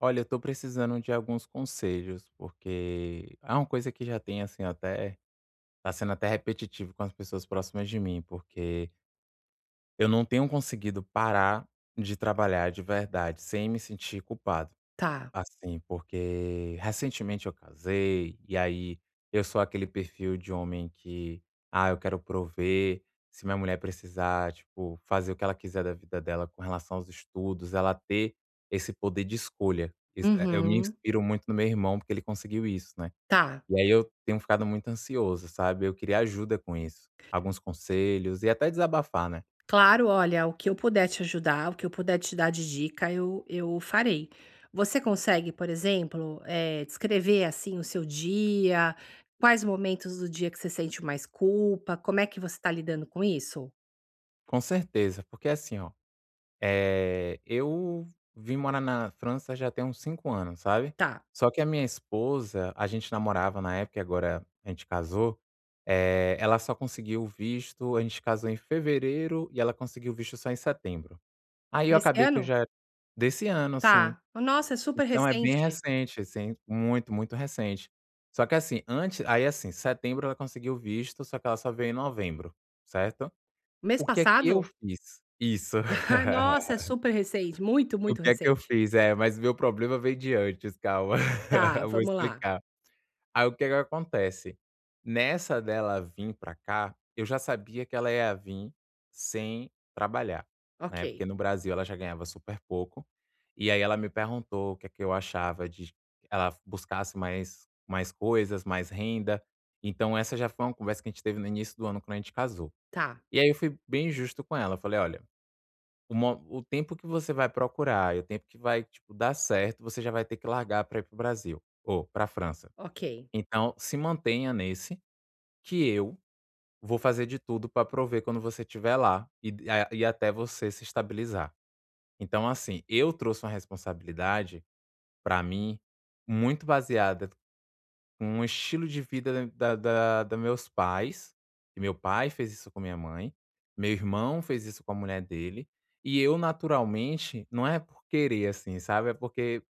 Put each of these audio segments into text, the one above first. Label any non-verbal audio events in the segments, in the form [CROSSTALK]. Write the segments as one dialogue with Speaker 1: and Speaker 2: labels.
Speaker 1: Olha, eu tô precisando de alguns conselhos, porque é uma coisa que já tem, assim, até. Tá sendo até repetitivo com as pessoas próximas de mim, porque eu não tenho conseguido parar de trabalhar de verdade, sem me sentir culpado.
Speaker 2: Tá.
Speaker 1: Assim, porque recentemente eu casei, e aí eu sou aquele perfil de homem que, ah, eu quero prover. Se minha mulher precisar, tipo, fazer o que ela quiser da vida dela com relação aos estudos, ela ter esse poder de escolha. Isso, eu me
Speaker 2: Uhum.
Speaker 1: inspiro muito no meu irmão, porque ele conseguiu isso, né.
Speaker 2: Tá.
Speaker 1: E aí eu tenho ficado muito ansioso, sabe. Eu queria ajuda com isso, alguns conselhos e até desabafar, né.
Speaker 2: Claro, olha, o que eu puder te ajudar, o que eu puder te dar de dica, eu farei. Você consegue, por exemplo, descrever assim o seu dia? Quais momentos do dia que você sente mais culpa? Como é que você está lidando com isso?
Speaker 1: Com certeza, porque assim ó. Eu vim morar na França já tem uns 5 anos, sabe.
Speaker 2: Tá.
Speaker 1: Só que a minha esposa, a gente namorava na época e agora a gente casou. Ela só conseguiu o visto, a gente casou em fevereiro e ela conseguiu o visto só em setembro. Aí eu
Speaker 2: Nesse
Speaker 1: acabei que eu
Speaker 2: ano?
Speaker 1: já, desse ano, assim.
Speaker 2: Tá. Nossa, é super
Speaker 1: Então é bem
Speaker 2: recente.
Speaker 1: recente, assim, muito, muito recente. Só que assim, antes, aí assim, setembro ela conseguiu o visto, só que ela só veio em novembro, certo.
Speaker 2: Mês
Speaker 1: O que é que eu
Speaker 2: passado?
Speaker 1: fiz? Isso.
Speaker 2: [LAUGHS]
Speaker 1: [LAUGHS]
Speaker 2: Nossa, é super recente. Muito,
Speaker 1: [LAUGHS] O
Speaker 2: muito
Speaker 1: que é que eu
Speaker 2: recente.
Speaker 1: fiz? É, mas meu problema veio de antes, calma, [LAUGHS]
Speaker 2: Tá,
Speaker 1: eu vou
Speaker 2: vamos lá.
Speaker 1: explicar. Aí, o que é que acontece? Nessa dela vim pra cá, eu já sabia que ela ia vir sem trabalhar, né,
Speaker 2: Ok.
Speaker 1: porque no Brasil ela já ganhava super pouco, e aí ela me perguntou o que é que eu achava de que ela buscasse mais coisas, mais renda, então essa já foi uma conversa que a gente teve no início do ano quando a gente casou.
Speaker 2: Tá.
Speaker 1: E aí eu fui bem justo com ela, eu falei: "Olha, o mo o tempo que você vai procurar e o tempo que vai, tipo, dar certo, você já vai ter que largar pra ir para o Brasil ou pra França.
Speaker 2: Ok.
Speaker 1: Então, se mantenha nesse, que eu vou fazer de tudo para prover quando você estiver lá e a e até você se estabilizar". Então, assim, eu trouxe uma responsabilidade para mim muito baseada um estilo de vida da meus pais, e meu pai fez isso com minha mãe, meu irmão fez isso com a mulher dele, e eu naturalmente, não é por querer, assim, sabe, é porque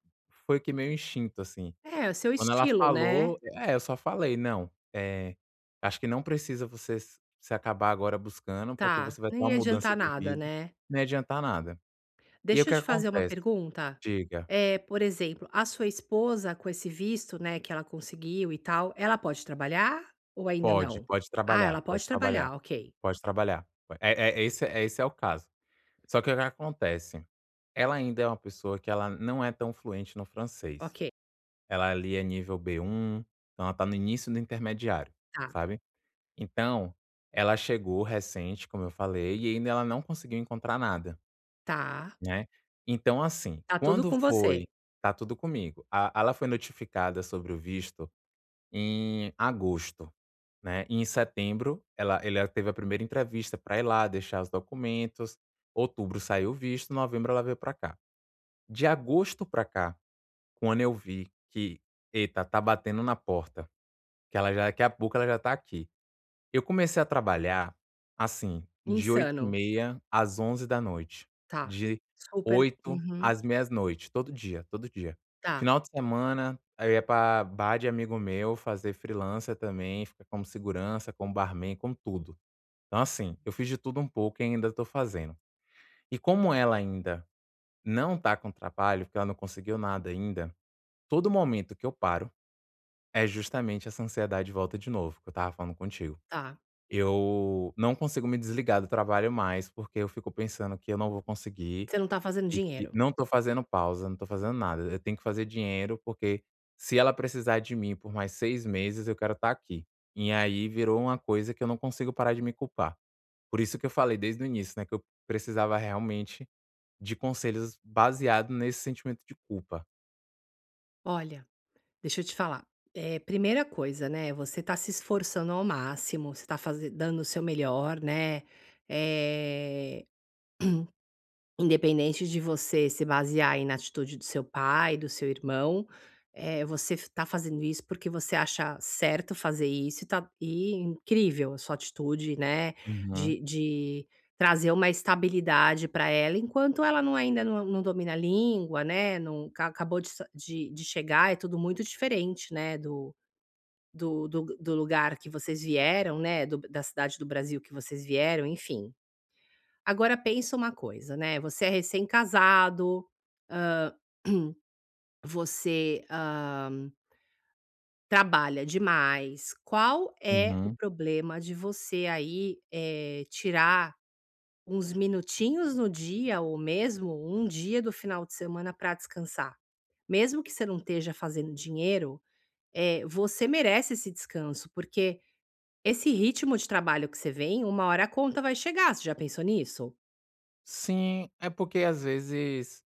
Speaker 1: foi que meu instinto, assim.
Speaker 2: É, o seu
Speaker 1: Quando ela
Speaker 2: estilo, né?
Speaker 1: falou é, eu só falei: "Não, acho que não precisa você se acabar agora buscando, porque
Speaker 2: Tá,
Speaker 1: você vai ter
Speaker 2: nem
Speaker 1: uma
Speaker 2: ia adiantar
Speaker 1: mudança de
Speaker 2: nada,
Speaker 1: vida,
Speaker 2: né.
Speaker 1: não ia adiantar nada". E aí o
Speaker 2: Deixa eu
Speaker 1: que
Speaker 2: te fazer uma
Speaker 1: acontece?
Speaker 2: pergunta,
Speaker 1: Diga.
Speaker 2: é por exemplo, a sua esposa com esse visto, né, que ela conseguiu e tal, ela pode trabalhar ou ainda
Speaker 1: Pode,
Speaker 2: não?
Speaker 1: pode
Speaker 2: Ah,
Speaker 1: trabalhar,
Speaker 2: ela
Speaker 1: pode
Speaker 2: pode
Speaker 1: trabalhar,
Speaker 2: trabalhar. Ok.
Speaker 1: pode trabalhar. É esse é esse é o caso. Só que o que acontece, ela ainda é uma pessoa que ela não é tão fluente no francês.
Speaker 2: Ok.
Speaker 1: Ela ali é nível B1, então ela tá no início do intermediário,
Speaker 2: Tá.
Speaker 1: sabe. Então, ela chegou recente, como eu falei, e ainda ela não conseguiu encontrar nada,
Speaker 2: Tá.
Speaker 1: né. Então assim,
Speaker 2: Tá tudo
Speaker 1: quando
Speaker 2: com
Speaker 1: foi,
Speaker 2: você.
Speaker 1: tá tudo comigo. A ela foi notificada sobre o visto em agosto. Né, e em setembro ela ele teve a primeira entrevista para ir lá deixar os documentos, outubro saiu o visto, novembro ela veio para cá. De agosto para cá, quando eu vi que: "Eita, tá batendo na porta", que ela já daqui a pouco ela já tá aqui. Eu comecei a trabalhar, assim, de oito e
Speaker 2: Insano.
Speaker 1: meia às 23h,
Speaker 2: Tá.
Speaker 1: de
Speaker 2: Super.
Speaker 1: oito
Speaker 2: Uhum.
Speaker 1: às meia-noite, todo dia, todo dia.
Speaker 2: Tá.
Speaker 1: Final de semana, eu ia pra bar de amigo meu fazer freelancer também, ficar como segurança, como barman, como tudo. Então, assim, eu fiz de tudo um pouco e ainda tô fazendo. E como ela ainda não tá com trabalho, porque ela não conseguiu nada ainda, todo momento que eu paro é justamente essa ansiedade volta de novo, que eu estava falando contigo.
Speaker 2: Tá.
Speaker 1: Eu não consigo me desligar do trabalho mais, porque eu fico pensando que eu não vou conseguir
Speaker 2: Você não tá fazendo
Speaker 1: e que
Speaker 2: dinheiro.
Speaker 1: não tô fazendo pausa, não tô fazendo nada. Eu tenho que fazer dinheiro, porque se ela precisar de mim por mais 6 meses, eu quero estar aqui. E aí virou uma coisa que eu não consigo parar de me culpar. Por isso que eu falei desde o início, né, que eu precisava realmente de conselhos baseado nesse sentimento de culpa.
Speaker 2: Olha. Deixa eu te falar. Primeira coisa, né, você tá se esforçando ao máximo, você tá faze dando o seu melhor, né, eh, independente de você se basear aí na atitude do seu pai, do seu irmão, você f tá fazendo isso porque você acha certo fazer isso e tá e incrível a sua atitude, né,
Speaker 1: Uhum,
Speaker 2: de trazer uma estabilidade para ela, enquanto ela não ainda não domina a língua, né, não ca acabou de sa de chegar, é tudo muito diferente, né, do lugar que vocês vieram, né, do da cidade do Brasil que vocês vieram, enfim. Agora pensa uma coisa, né, você é recém-casado, você, trabalha demais. Qual é o
Speaker 1: uhum.
Speaker 2: problema de você aí, tirar uns minutinhos no dia ou mesmo um dia do final de semana para descansar? Mesmo que você não esteja fazendo dinheiro, você merece esse descanso, porque esse ritmo de trabalho que você vem, uma hora a conta vai chegar, você já pensou nisso?
Speaker 1: Sim, é porque às vezes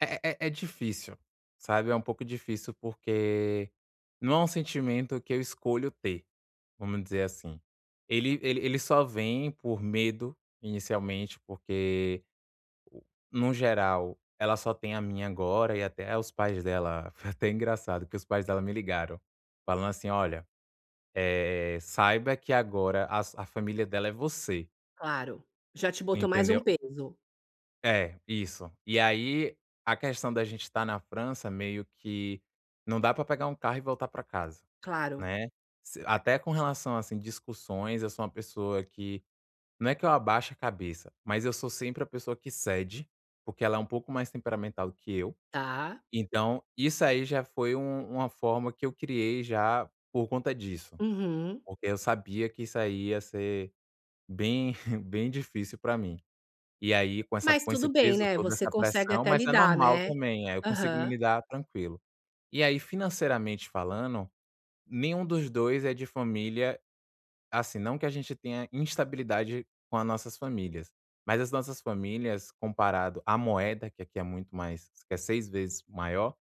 Speaker 1: é difícil, sabe, é um pouco difícil, porque não é um sentimento que eu escolho ter, vamos dizer assim. Ele só vem por medo, inicialmente, porque, no geral, ela só tem a minha agora e até os pais dela [LAUGHS] foi até engraçado que os pais dela me ligaram, falando assim: "Olha, saiba que agora a su a família dela é você",
Speaker 2: Claro. Já te botou mais um
Speaker 1: entendeu?
Speaker 2: peso?
Speaker 1: É, isso. E aí, a questão da gente estar na França meio que não dá pra pegar um carro e voltar pra casa,
Speaker 2: Claro.
Speaker 1: né. Se até com relação, assim, discussões, eu sou uma pessoa que não é que eu abaixo a cabeça, mas eu sou sempre a pessoa que cede, porque ela é um pouco mais temperamental do que eu.
Speaker 2: Tá.
Speaker 1: Então, isso aí já foi uma forma que eu criei já por conta disso,
Speaker 2: Uhum.
Speaker 1: porque eu sabia que isso aí ia ser bem [LAUGHS] bem difícil pra mim. E aí
Speaker 2: Mas
Speaker 1: com esse
Speaker 2: tudo bem,
Speaker 1: peso
Speaker 2: né,
Speaker 1: todo,
Speaker 2: você
Speaker 1: essa
Speaker 2: consegue
Speaker 1: pressão,
Speaker 2: até
Speaker 1: mas é
Speaker 2: lidar,
Speaker 1: normal
Speaker 2: né?
Speaker 1: também, eu consigo me
Speaker 2: Aham.
Speaker 1: lidar tranquilo. E aí financeiramente falando, nenhum dos 2 é de família, assim, não que a gente tenha instabilidade com as nossas famílias, mas as nossas famílias comparado à moeda, que aqui é muito mais, que é 6 vezes maior,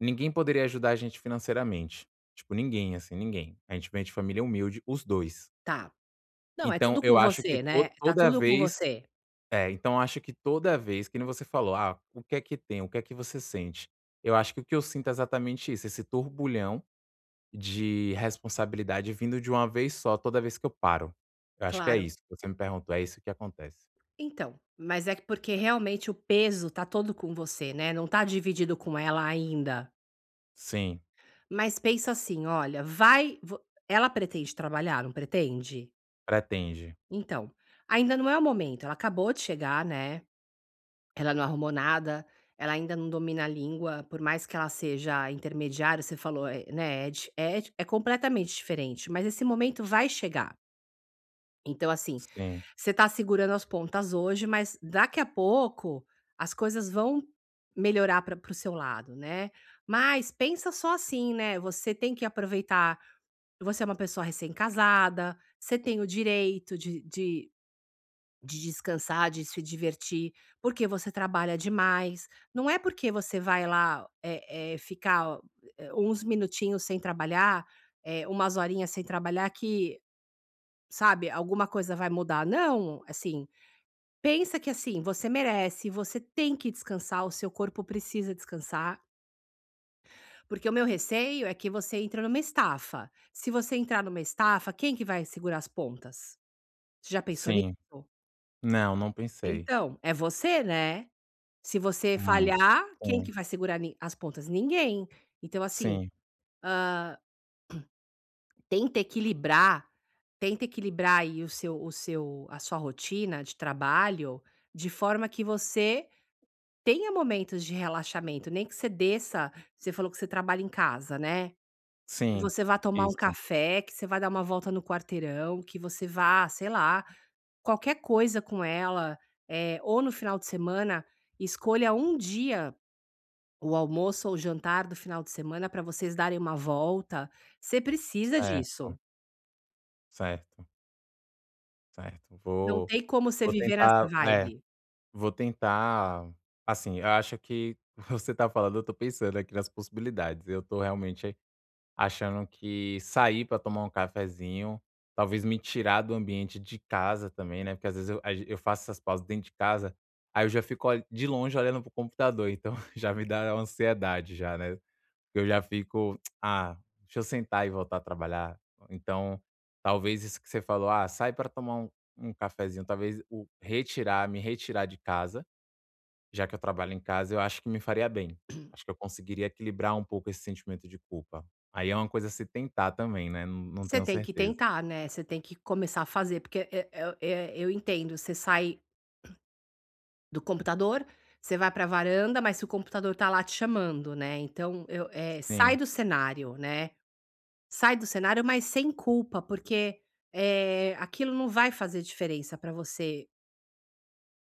Speaker 1: ninguém poderia ajudar a gente financeiramente. Tipo, ninguém, assim, ninguém. A gente vem de família humilde, os dois.
Speaker 2: Tá. Não, é
Speaker 1: Então
Speaker 2: tudo
Speaker 1: eu
Speaker 2: com
Speaker 1: acho que
Speaker 2: você, né,
Speaker 1: to
Speaker 2: tá
Speaker 1: toda
Speaker 2: tudo com
Speaker 1: vez
Speaker 2: você.
Speaker 1: é, então acho que toda vez, que nem você falou: "Ah, o que é que tem? O que é que você sente?". Eu acho que o que eu sinto é exatamente isso, esse turbulhão de responsabilidade vindo de uma vez só, toda vez que eu paro. Eu acho que é
Speaker 2: Claro.
Speaker 1: isso que você me perguntou, é isso que acontece.
Speaker 2: Então, mas é que porque realmente o peso tá todo com você, né, não tá dividido com ela ainda.
Speaker 1: Sim,
Speaker 2: Mas pensa assim, olha, vai vo ela pretende trabalhar, não pretende?
Speaker 1: pretende.
Speaker 2: Então, ainda não é o momento, ela acabou de chegar, né, ela não arrumou nada, ela ainda não domina a língua, por mais que ela seja intermediária, você falou, né, é di é di é completamente diferente, mas esse momento vai chegar. Então, assim,
Speaker 1: Sim,
Speaker 2: você tá segurando as pontas hoje, mas daqui a pouco as coisas vão melhorar para o seu lado, né. Mas pensa só assim, né, você tem que aproveitar. Você é uma pessoa recém-casada, você tem o direito de descansar, de se divertir, porque você trabalha demais. Não é porque você vai lá, ficar, uns minutinhos sem trabalhar, umas horinhas sem trabalhar que, sabe, alguma coisa vai mudar. Não, assim, pensa que, assim, você merece, você tem que descansar, o seu corpo precisa descansar, porque o meu receio é que você entre numa estafa. Se você entrar numa estafa, quem que vai segurar as pontas? Você já pensou nisso?
Speaker 1: sim. Não, não pensei.
Speaker 2: Então, é você, né? Se você
Speaker 1: Hum,
Speaker 2: falhar, quem
Speaker 1: hum.
Speaker 2: que vai segurar ni as pontas? Ninguém. Então assim,
Speaker 1: Sim,
Speaker 2: hã, tenta equilibrar aí o seu a sua rotina de trabalho, de forma que você tenha momentos de relaxamento, nem que você desça. Você falou que você trabalha em casa, né, que
Speaker 1: sim.
Speaker 2: você vá tomar um
Speaker 1: Isso.
Speaker 2: café, que você vá dar uma volta no quarteirão, que você vá, sei lá, qualquer coisa com ela, ou no final de semana, escolha um dia. O almoço ou o jantar do final de semana para vocês darem uma volta, você precisa disso.
Speaker 1: Certo, certo, certo.
Speaker 2: Não
Speaker 1: Vou
Speaker 2: tem como você
Speaker 1: vou
Speaker 2: viver nessa
Speaker 1: tentar é.
Speaker 2: vibe.
Speaker 1: Vou tentar, assim, eu acho que [LAUGHS] você tá falando, eu tô pensando aqui nas possibilidades. Eu tô realmente achando que sair pra tomar um cafezinho, talvez me tirar do ambiente de casa também, né, porque às vezes eu faço essas pausas dentro de casa, aí eu já fico ol de longe olhando pro computador, então [LAUGHS] já me dá uma ansiedade já, né. Eu já fico: [TSK] "Ah, deixa eu sentar e voltar a trabalhar". Então, talvez isso que você falou: "Ah, sai pra tomar um cafezinho", talvez o retirar me retirar de casa já que eu trabalho em casa, eu acho que me faria bem. Acho que eu conseguiria equilibrar um pouco esse sentimento de culpa. Aí é uma coisa a se tentar também, né, não não
Speaker 2: Você
Speaker 1: tenho
Speaker 2: tem que
Speaker 1: certeza.
Speaker 2: tentar, né, você tem que começar a fazer, porque eu entendo, você sai do computador, você vai para a varanda, mas se o computador tá lá te chamando, né, então sai
Speaker 1: Sim,
Speaker 2: do cenário, né, sai do cenário, mas sem culpa, porque, aquilo não vai fazer diferença para você.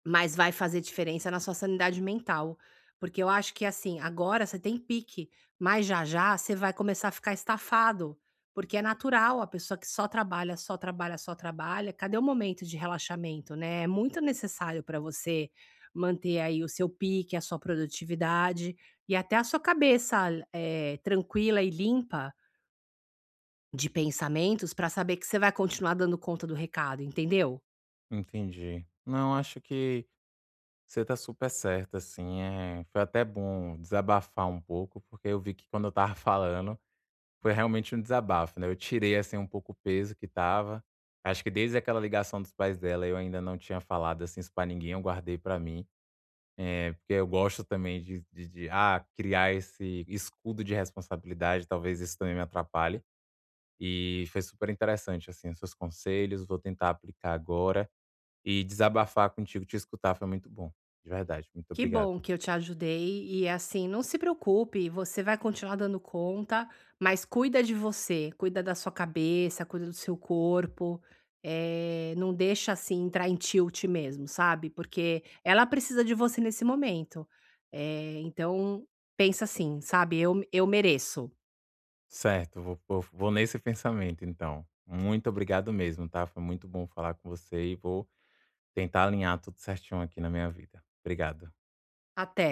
Speaker 2: Mas vai fazer diferença na sua sanidade mental, porque eu acho que, assim, agora você tem pique, mas já já você vai começar a ficar estafado, porque é natural, a pessoa que só trabalha, só trabalha, só trabalha, cadê o momento de relaxamento, né? É muito necessário para você manter aí o seu pique, a sua produtividade e até a sua cabeça, tranquila e limpa de pensamentos para saber que você vai continuar dando conta do recado, entendeu?
Speaker 1: entendi. Não, acho que você tá super certa, assim, é foi até bom desabafar um pouco, porque eu vi que quando eu estava [LAUGHS] falando, foi realmente um desabafo, né, eu tirei, assim, um pouco o peso que estava. Acho que desde aquela ligação dos pais dela, eu ainda não tinha falado, assim, isso pra ninguém, eu guardei pra mim. É, porque eu gosto também de criar esse escudo de responsabilidade, talvez isso também me atrapalhe. E foi super interessante, assim, os seus conselhos, vou tentar aplicar agora e desabafar contigo, te escutar foi muito bom, de verdade, muito
Speaker 2: Que
Speaker 1: obrigado.
Speaker 2: bom que eu te ajudei e assim, não se preocupe, você vai continuar dando conta, mas cuida de você, cuida da sua cabeça, cuida do seu corpo, não deixa assim entrar em tilt mesmo, sabe? Porque ela precisa de você nesse momento. Então pensa assim, sabe? Eu mereço.
Speaker 1: Certo, vou nesse pensamento então. Muito obrigado mesmo, tá? Foi muito bom falar com você e vou tentar alinhar tudo certinho aqui na minha vida. Obrigado.
Speaker 2: Até.